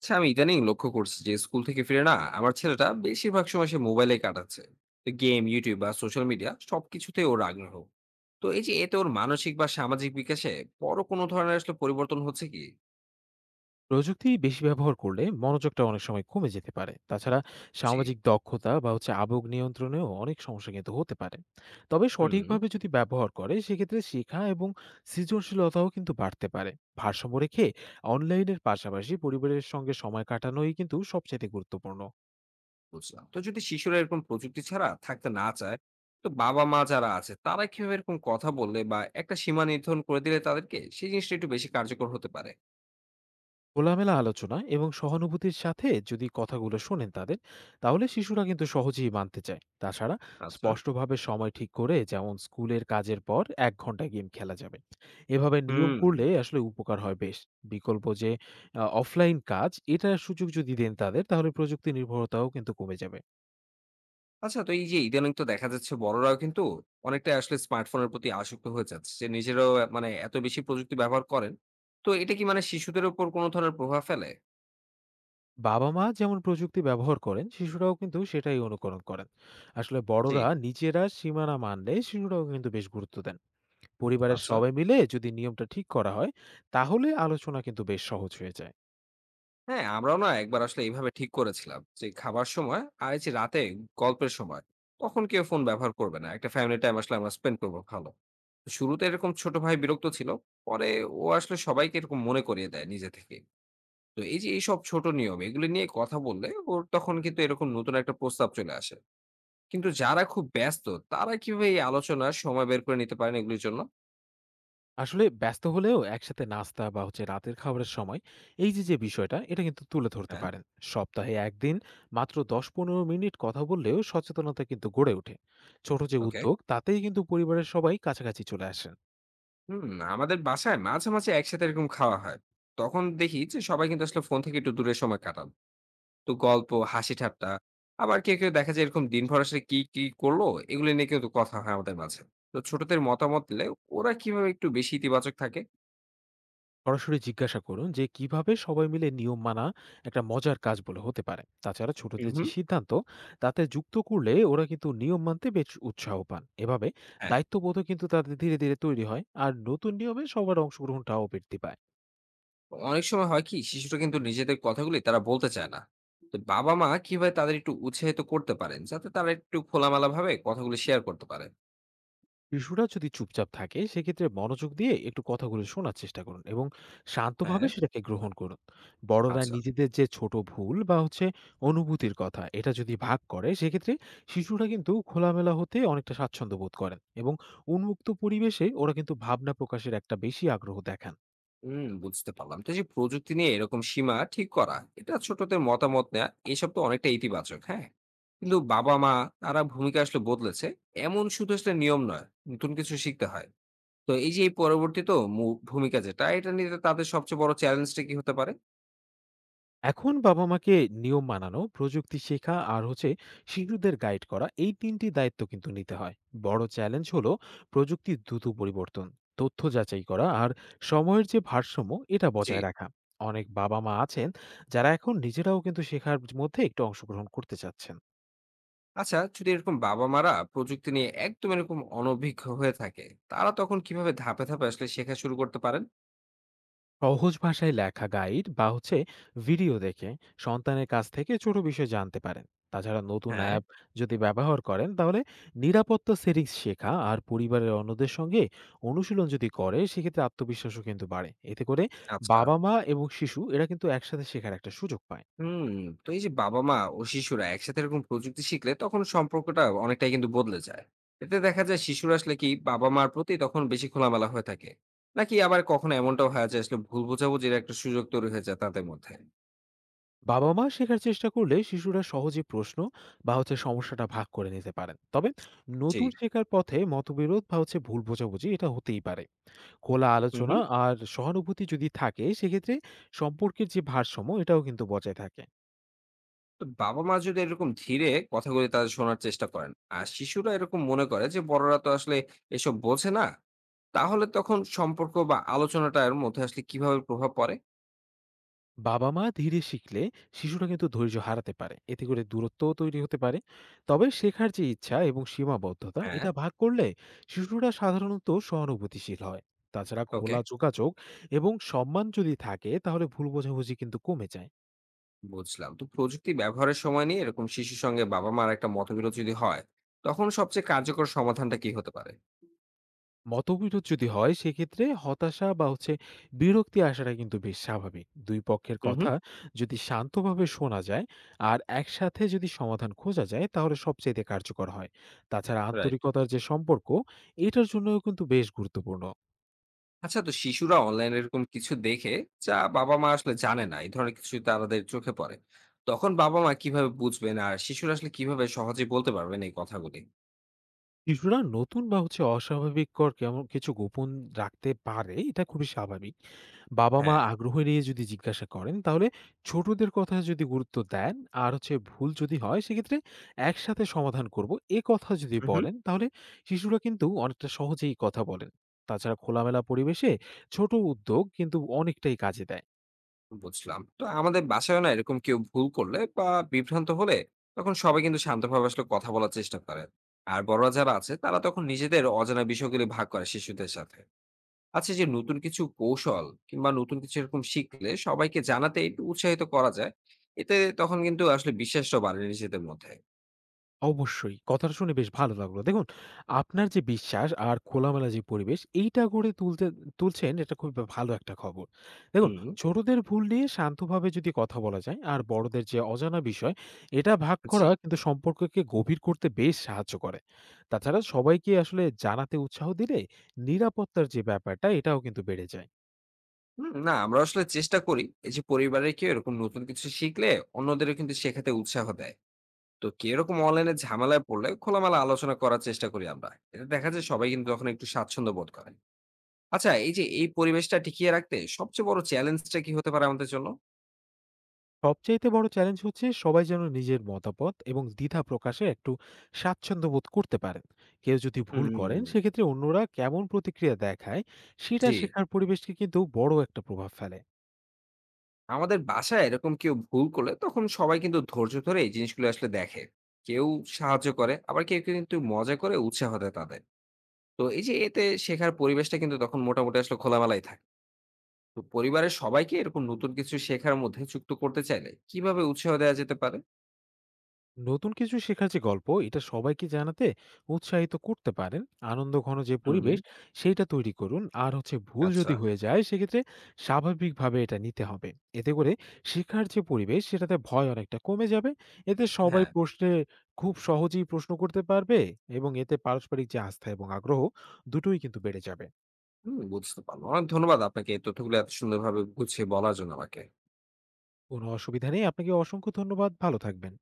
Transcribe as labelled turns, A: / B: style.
A: আচ্ছা, আমি ইদানিং লক্ষ্য করছি যে স্কুল থেকে ফিরে না আমার ছেলেটা বেশিরভাগ সময় সে মোবাইলে কাটাচ্ছে। তো গেম, ইউটিউব বা সোশ্যাল মিডিয়া সবকিছুতে ওর আগ্রহ। তো এই যে এতে ওর মানসিক বা সামাজিক বিকাশে বড় কোনো ধরনের আসলে পরিবর্তন হচ্ছে কি?
B: প্রযুক্তি বেশি ব্যবহার করলে মনোযোগটা অনেক সময় কমে যেতে পারে। তাছাড়া
A: জি।
B: সামাজিক দক্ষতা বা আবেগ নিয়ন্ত্রণেও অনেক সমস্যা কিন্তু হতে পারে। তবে
A: হুম।
B: সঠিকভাবে যদি ব্যবহার করে সেক্ষেত্রে শেখা এবং সৃজনশীলতাও কিন্তু বাড়তে পারে। ভারসাম্য রেখে অনলাইনের পাশাপাশি পরিবারের সঙ্গে সময় কাটানোই কিন্তু সবচেয়ে গুরুত্বপূর্ণ।
A: বুঝলাম। তো যদি শিশুরা এরকম প্রযুক্তি ছাড়া থাকতে না চায়, তো বাবা মা যারা আছে তারা কিভাবে এরকম কথা বললে বা একটা সীমা নির্ধারণ করে দিলে তাদেরকে সেই জিনিসটা একটু বেশি কার্যকর হতে পারে?
B: খোলামেলা আলোচনা এবং সহানুভূতির সাথে যদি কথাগুলো শোনেন তাদের, তাহলে শিশুরা কিন্তু সহজেই মানতে চায়। তাছাড়া
A: আচ্ছা।
B: স্পষ্টভাবে সময় ঠিক করে, যেমন স্কুলের কাজের পর এক ঘন্টা গেম খেলা যাবে, এভাবে নিয়ম
A: হুম।
B: করলে আসলে উপকার হয় বেশ। বিকল্প যে অফলাইন কাজ, এটার সুযোগ যদি দেন তাদের, তাহলে প্রযুক্তি নির্ভরতাও কিন্তু কমে যাবে।
A: আচ্ছা, তো এই যে ইদানিং তো দেখা যাচ্ছে বড়রাও কিন্তু অনেকটা আসলে স্মার্টফোনের প্রতি আসক্ত হয়ে যাচ্ছে, যে নিজেরাও মানে এত বেশি প্রযুক্তি ব্যবহার করেন। তো এটা কি মানে শিশুদের উপর কোনো ধরনের প্রভাব ফেলে?
B: বাবা মা যেমন প্রযুক্তি ব্যবহার করেন, শিশুরাও কিন্তু সেটাই অনুকরণ করেন। আসলে
A: জি।
B: বড়রা নিজেরা সীমানা মানলে শিশুরাও কিন্তু বেশ গুরুত্ব দেন। পরিবারের
A: আচ্ছা।
B: সবাই মিলে যদি নিয়মটা ঠিক করা হয় তাহলে আলোচনা কিন্তু বেশ সহজ হয়ে যায়।
A: হ্যাঁ, আমরাও না একবার আসলে এইভাবে ঠিক করেছিলাম যে খাবার সময় আর এই যে রাতে গল্পের সময় তখন কেউ ফোন ব্যবহার করবে না, একটা ফ্যামিলি টাইম আসলে আমরা স্পেন্ড করবো ভালো। শুরুতে এরকম ছোট ভাই বিরক্ত ছিল, পরে ও আসলে সবাইকে এরকম মনে করিয়ে দেয় নিজে থেকে। তো এই যে এইসব ছোট নিয়ম এগুলো নিয়ে কথা বললে ওর তখন কিন্তু এরকম নতুন একটা প্রস্তাব চলে আসে। কিন্তু যারা খুব ব্যস্ত, তারা কিভাবে এই আলোচনার সময় বের করে নিতে পারেন এগুলির জন্য?
B: আসলে ব্যস্ত হলেও একসাথে নাস্তা বা রাতের খাবারের সময় এই যে যে বিষয়টা এটা কিন্তু তুলে ধরতে
A: হ্যাঁ।
B: পারেন। সপ্তাহে একদিন মাত্র ১০ পনেরো মিনিট কথা বললেও সচেতনতা কিন্তু গড়ে ওঠে। ছোট যে
A: ওকে।
B: উদ্যোগ, তাতেই কিন্তু পরিবারের সবাই কাছাকাছি চলে আসে।
A: হুম। আমাদের বাসায় মাঝে মাঝে একসাথে এরকম খাওয়া হয়, তখন দেখি যে সবাই কিন্তু আসলে ফোন থেকে একটু দূরে সময় কাটান। তো গল্প, হাসি, ঠাট্টা, আবার কেউ কেউ দেখা যায় এরকম দিনভর আসলে কি কি করলো এগুলো নিয়ে কিন্তু কথা হয় আমাদের মাঝে। তো ছোটদের মতামত দিলে ওরা কিভাবে একটু বেশি ইতিবাচক থাকে?
B: সরাসরি জিজ্ঞাসা করুন যে কিভাবে সবাই মিলে নিয়ম মানা একটা মজার কাজ বলে হতে পারে। তাছাড়া
A: হুম,
B: ছোটদের যে
A: হুম।
B: সিদ্ধান্ত, তাতে যুক্ত করলে ওরা কিন্তু নিয়ম মানতে বেশ উৎসাহ পান। এভাবে
A: হ্যাঁ।
B: দায়িত্ববোধও কিন্তু তাদের ধীরে ধীরে তৈরি হয়, আর নতুন নিয়মে সবার অংশগ্রহণটাও বৃদ্ধি পায়।
A: অনেক সময় হয় কি শিশুরা কিন্তু নিজেদের কথাগুলি তারা বলতে চায় না। তো বাবা মা কিভাবে তাদের একটু উৎসাহিত করতে পারেন যাতে তারা একটু খোলামেলা ভাবে কথাগুলি শেয়ার করতে পারে?
B: শিশুরা যদি চুপচাপ থাকে সেক্ষেত্রে মনোযোগ দিয়ে একটু কথাগুলো শোনার চেষ্টা করুন এবং শান্তভাবে
A: হ্যাঁ।
B: সেটাকে গ্রহণ করুন। বড়রা
A: আচ্ছা।
B: নিজেদের যে ছোট ভুল বা অনুভূতির কথা, এটা যদি ভাগ করে সেক্ষেত্রে শিশুরা কিন্তু খোলামেলা হতে অনেকটা স্বাচ্ছন্দ্য বোধ করেন, এবং উন্মুক্ত পরিবেশে ওরা কিন্তু ভাবনা প্রকাশের একটা বেশি আগ্রহ দেখান।
A: হুম, বুঝতে পারলাম। তো এই যে প্রযুক্তি নিয়ে এরকম সীমা ঠিক করা, এটা ছোটদের মতামত নেওয়া, এসব তো অনেকটা ইতিবাচক। হ্যাঁ, কিন্তু বাবা মা তারা ভূমিকা আসলে বদলেছে, এমন শুধু আসলে নিয়ম নয়, নতুন কিছু শিখতে হয়। তো এই যে এই পরবর্তী তো ভূমিকা যেটা এটা নিতে তাদের সবচেয়ে বড় চ্যালেঞ্জটা কি হতে পারে?
B: এখন বাবা-মাকে নিয়ম মানানো, প্রযুক্তি শেখা আর শিশুদের গাইড করা, এই ৩ টি দায়িত্ব কিন্তু নিতে হয়। বড় চ্যালেঞ্জ হলো প্রযুক্তির দ্রুত পরিবর্তন, তথ্য যাচাই করা আর সময়ের যে ভারসাম্য এটা
A: জি।
B: বজায় রাখা। অনেক বাবা-মা আছেন যারা এখন নিজেরাও কিন্তু শেখার মধ্যে একটু অংশগ্রহণ করতে চাচ্ছেন।
A: আচ্ছা, যদি এরকম বাবা মারা প্রযুক্তি নিয়ে একদম এরকম অনভিজ্ঞ হয়ে থাকে, তারা তখন কিভাবে ধাপে ধাপে আসলে শেখা শুরু করতে পারেন?
B: সহজ ভাষায় লেখা গাইড বা ভিডিও দেখে সন্তানের কাছ থেকে ছোট বিষয় জানতে পারেন। তাছাড়া নতুন
A: হ্যাঁ।
B: অ্যাপ যদি ব্যবহার করেন তাহলে নিরাপত্তা সেটিংস শেখা আর পরিবারের অন্যদের সঙ্গে অনুশীলন যদি করে সেক্ষেত্রে আত্মবিশ্বাসও কিন্তু বাড়ে। এতে করে
A: আচ্ছা।
B: বাবা মা এবং শিশু এরা কিন্তু একসাথে শেখার একটা সুযোগ পায়।
A: হুম। তো এই যে বাবা মা ও শিশুরা একসাথে এরকম প্রযুক্তি শিখলে তখন সম্পর্কটা অনেকটাই কিন্তু বদলে যায়। এতে দেখা যায় শিশুরা আসলে কি বাবা মার প্রতি তখন বেশি খোলামেলা হয়ে থাকে, নাকি আবার কখনো এমনটাও হয়ে যায় আসলে ভুল বোঝাবুঝির একটা সুযোগ তৈরি হয়ে যায় তাদের মধ্যে?
B: বাবা মা শেখার চেষ্টা করলে শিশুরা সহজে প্রশ্ন বা সমস্যাটা ভাগ করে নিতে পারেন। তবে
A: জি।
B: নতুন শেখার পথে মতবিরোধ বা ভুল বোঝাবুঝি এটা হতেই পারে। খোলা
A: হুম,
B: আলোচনা
A: হুম।
B: আর সহানুভূতি যদি থাকে সেক্ষেত্রে সম্পর্কের যে ভারসাম্য এটাও কিন্তু বজায় থাকে।
A: তো বাবা মা যদি এরকম ধীরে কথাগুলি তাদের শোনার চেষ্টা করেন আর শিশুরা এরকম মনে করে যে বড়রা তো আসলে এসব বোঝে না, তাহলে তখন সম্পর্ক বা আলোচনাটার মধ্যে আসলে কিভাবে প্রভাব পড়ে?
B: বাবা মা ধীরে শিখলে শিশুরা কিন্তু ধৈর্য হারাতে পারে, এতে করে দূরত্বও তৈরি হতে পারে। তবে শেখার যে ইচ্ছা এবং সীমাবদ্ধতা
A: হ্যাঁ।
B: এটা ভাগ করলে শিশুরা সাধারণত সহানুভূতিশীল হয়। তাছাড়া
A: ওকে।
B: খোলা যোগাযোগ এবং সম্মান যদি থাকে তাহলে ভুল বোঝাবুঝি কিন্তু কমে যায়।
A: বুঝলাম। তো প্রযুক্তি ব্যবহারের সময় নিয়ে এরকম শিশুর সঙ্গে বাবা মার একটা মতবিরোধ যদি হয়, তখন সবচেয়ে কার্যকর সমাধানটা কি হতে পারে?
B: মতবিরোধ যদি হয় সেক্ষেত্রে হতাশা বা বিরক্তি আসাটা কিন্তু বেশ স্বাভাবিক। দুই পক্ষের
A: হুম, হুম।
B: কথা যদি শান্তভাবে শোনা যায় আর একসাথে যদি সমাধান খোঁজা যায় তাহলে সবচেয়ে কার্যকর হয়। তাছাড়া
A: রাইট।
B: আন্তরিকতার যে সম্পর্ক, এটার জন্যও কিন্তু বেশ গুরুত্বপূর্ণ।
A: আচ্ছা, তো শিশুরা অনলাইন এরকম কিছু দেখে যা বাবা মা আসলে জানে না, এই ধরনের কিছু তাদের চোখে পড়ে, তখন বাবা মা কিভাবে বুঝবেন আর শিশুরা আসলে কিভাবে সহজে বলতে পারবেন এই কথাগুলি?
B: শিশুরা নতুন বা অস্বাভাবিক কর কেমন কিছু গোপন রাখতে পারে, এটা খুবই স্বাভাবিক। বাবা-মা
A: হ্যাঁ।
B: আগ্রহ নিয়ে যদি জিজ্ঞাসা করেন, তাহলে ছোটদের কথা যদি গুরুত্ব দেন, আর ভুল যদি হয় সেক্ষেত্রে একসাথে সমাধান করব, এ কথা যদি
A: হুম,
B: বলেন তাহলে শিশুরা কিন্তু অনেকটা সহজেই কথা বলেন। তাছাড়া খোলামেলা পরিবেশে ছোট উদ্যোগ কিন্তু অনেকটাই কাজে দেয়।
A: বুঝলাম। তো আমাদের বাসায় না এরকম কেউ ভুল করলে বা বিভ্রান্ত হলে তখন সবাই কিন্তু শান্তভাবে আসলে কথা বলার চেষ্টা করে, আর বড়রা যারা আছে তারা তখন নিজেদের অজানা বিষয়গুলি ভাগ করে শিশুদের সাথে। আচ্ছা, যে নতুন কিছু কৌশল কিংবা নতুন কিছু এরকম শিখলে সবাইকে জানাতে একটু উৎসাহিত করা যায়, এতে তখন কিন্তু আসলে বিশ্বাসটা বাড়ে নিজেদের মধ্যে।
B: অবশ্যই। কথাটা শুনে বেশ ভালো লাগলো। দেখুন, আপনার যে বিশ্বাস আর খোলামেলা যে পরিবেশ, এইটা গড়ে তুলতে তুলছেন, এটা খুবই ভালো একটা খবর। দেখুন,
A: হুম।
B: ছোটদের ভুল নিয়ে শান্তভাবে যদি কথা বলা যায়, আর বড়দের যে অজানা বিষয়, এটা ভাগ
A: জি।
B: করা কিন্তু সম্পর্ককে গভীর করতে বেশ সাহায্য করে। তাছাড়া সবাইকে আসলে জানাতে উৎসাহ দিলে নিরাপত্তার যে ব্যাপারটা, এটাও কিন্তু বেড়ে যায়।
A: হুম, না আমরা আসলে চেষ্টা করি এই যে পরিবারে কেউ এরকম নতুন কিছু শিখলে অন্যদেরও কিন্তু শেখাতে উৎসাহ দেয়। তো কেউ এরকম অনলাইনে ঝামেলায় পড়লে খোলামেলা আলোচনা করার চেষ্টা করি আমরা, এটা দেখা যায় সবাই কিন্তু তখন একটু স্বাচ্ছন্দ্য বোধ করে। আচ্ছা, এই যে এই পরিবেশটা টিকিয়ে রাখতে সবচেয়ে বড় চ্যালেঞ্জটা কি হতে পারে আমাদের জন্য?
B: সবচাইতে বড় চ্যালেঞ্জ হচ্ছে সবাই যেন নিজের মতামত এবং দ্বিধা প্রকাশে একটু স্বাচ্ছন্দ্য বোধ করতে পারেন। কেউ যদি ভুল করেন
A: হুম।
B: সেক্ষেত্রে অন্যরা কেমন প্রতিক্রিয়া দেখায়, সেটা
A: জি।
B: শেখার পরিবেশকে কিন্তু বড় একটা প্রভাব ফেলে।
A: আমাদের বাসায় এরকম কেউ ভুল করলে তখন সবাই কিন্তু ধৈর্য ধরে এই জিনিসগুলো আসলে দেখে। কেউ সাহায্য করে, আবার কেউ কেউ কিন্তু মজা করে উৎসাহ দেয় তাদের। তো এই যে এতে শেখার পরিবেশটা কিন্তু তখন মোটামুটি আসলে খোলামেলাই থাকে। তো পরিবারের সবাইকে এরকম নতুন কিছু শেখার মধ্যে যুক্ত করতে চাইলে কিভাবে উৎসাহ দেওয়া যেতে পারে?
B: নতুন কিছু শেখার যে গল্প, এটা সবাইকে জানাতে উৎসাহিত করতে পারেন। আনন্দঘন যে
A: হুম।
B: পরিবেশ সেইটা তৈরি করুন, আর ভুল
A: আচ্ছা।
B: যদি হয়ে যায় সেক্ষেত্রে স্বাভাবিকভাবে এটা নিতে হবে। এতে করে শেখার যে পরিবেশ সেটাতে ভয় অনেকটা কমে যাবে। এতে সবাই
A: হ্যাঁ।
B: প্রশ্নে খুব সহজেই প্রশ্ন করতে পারবে, এবং এতে পারস্পরিক যে আস্থা এবং আগ্রহ দুটোই কিন্তু বেড়ে যাবে।
A: হুম, বুঝতে পারলাম। অনেক ধন্যবাদ আপনাকে এই তথ্যগুলো এত সুন্দরভাবে গুছিয়ে বলার জন্য আমাকে।
B: কোনো অসুবিধা নেই। আপনাকে অসংখ্য ধন্যবাদ, ভালো থাকবেন।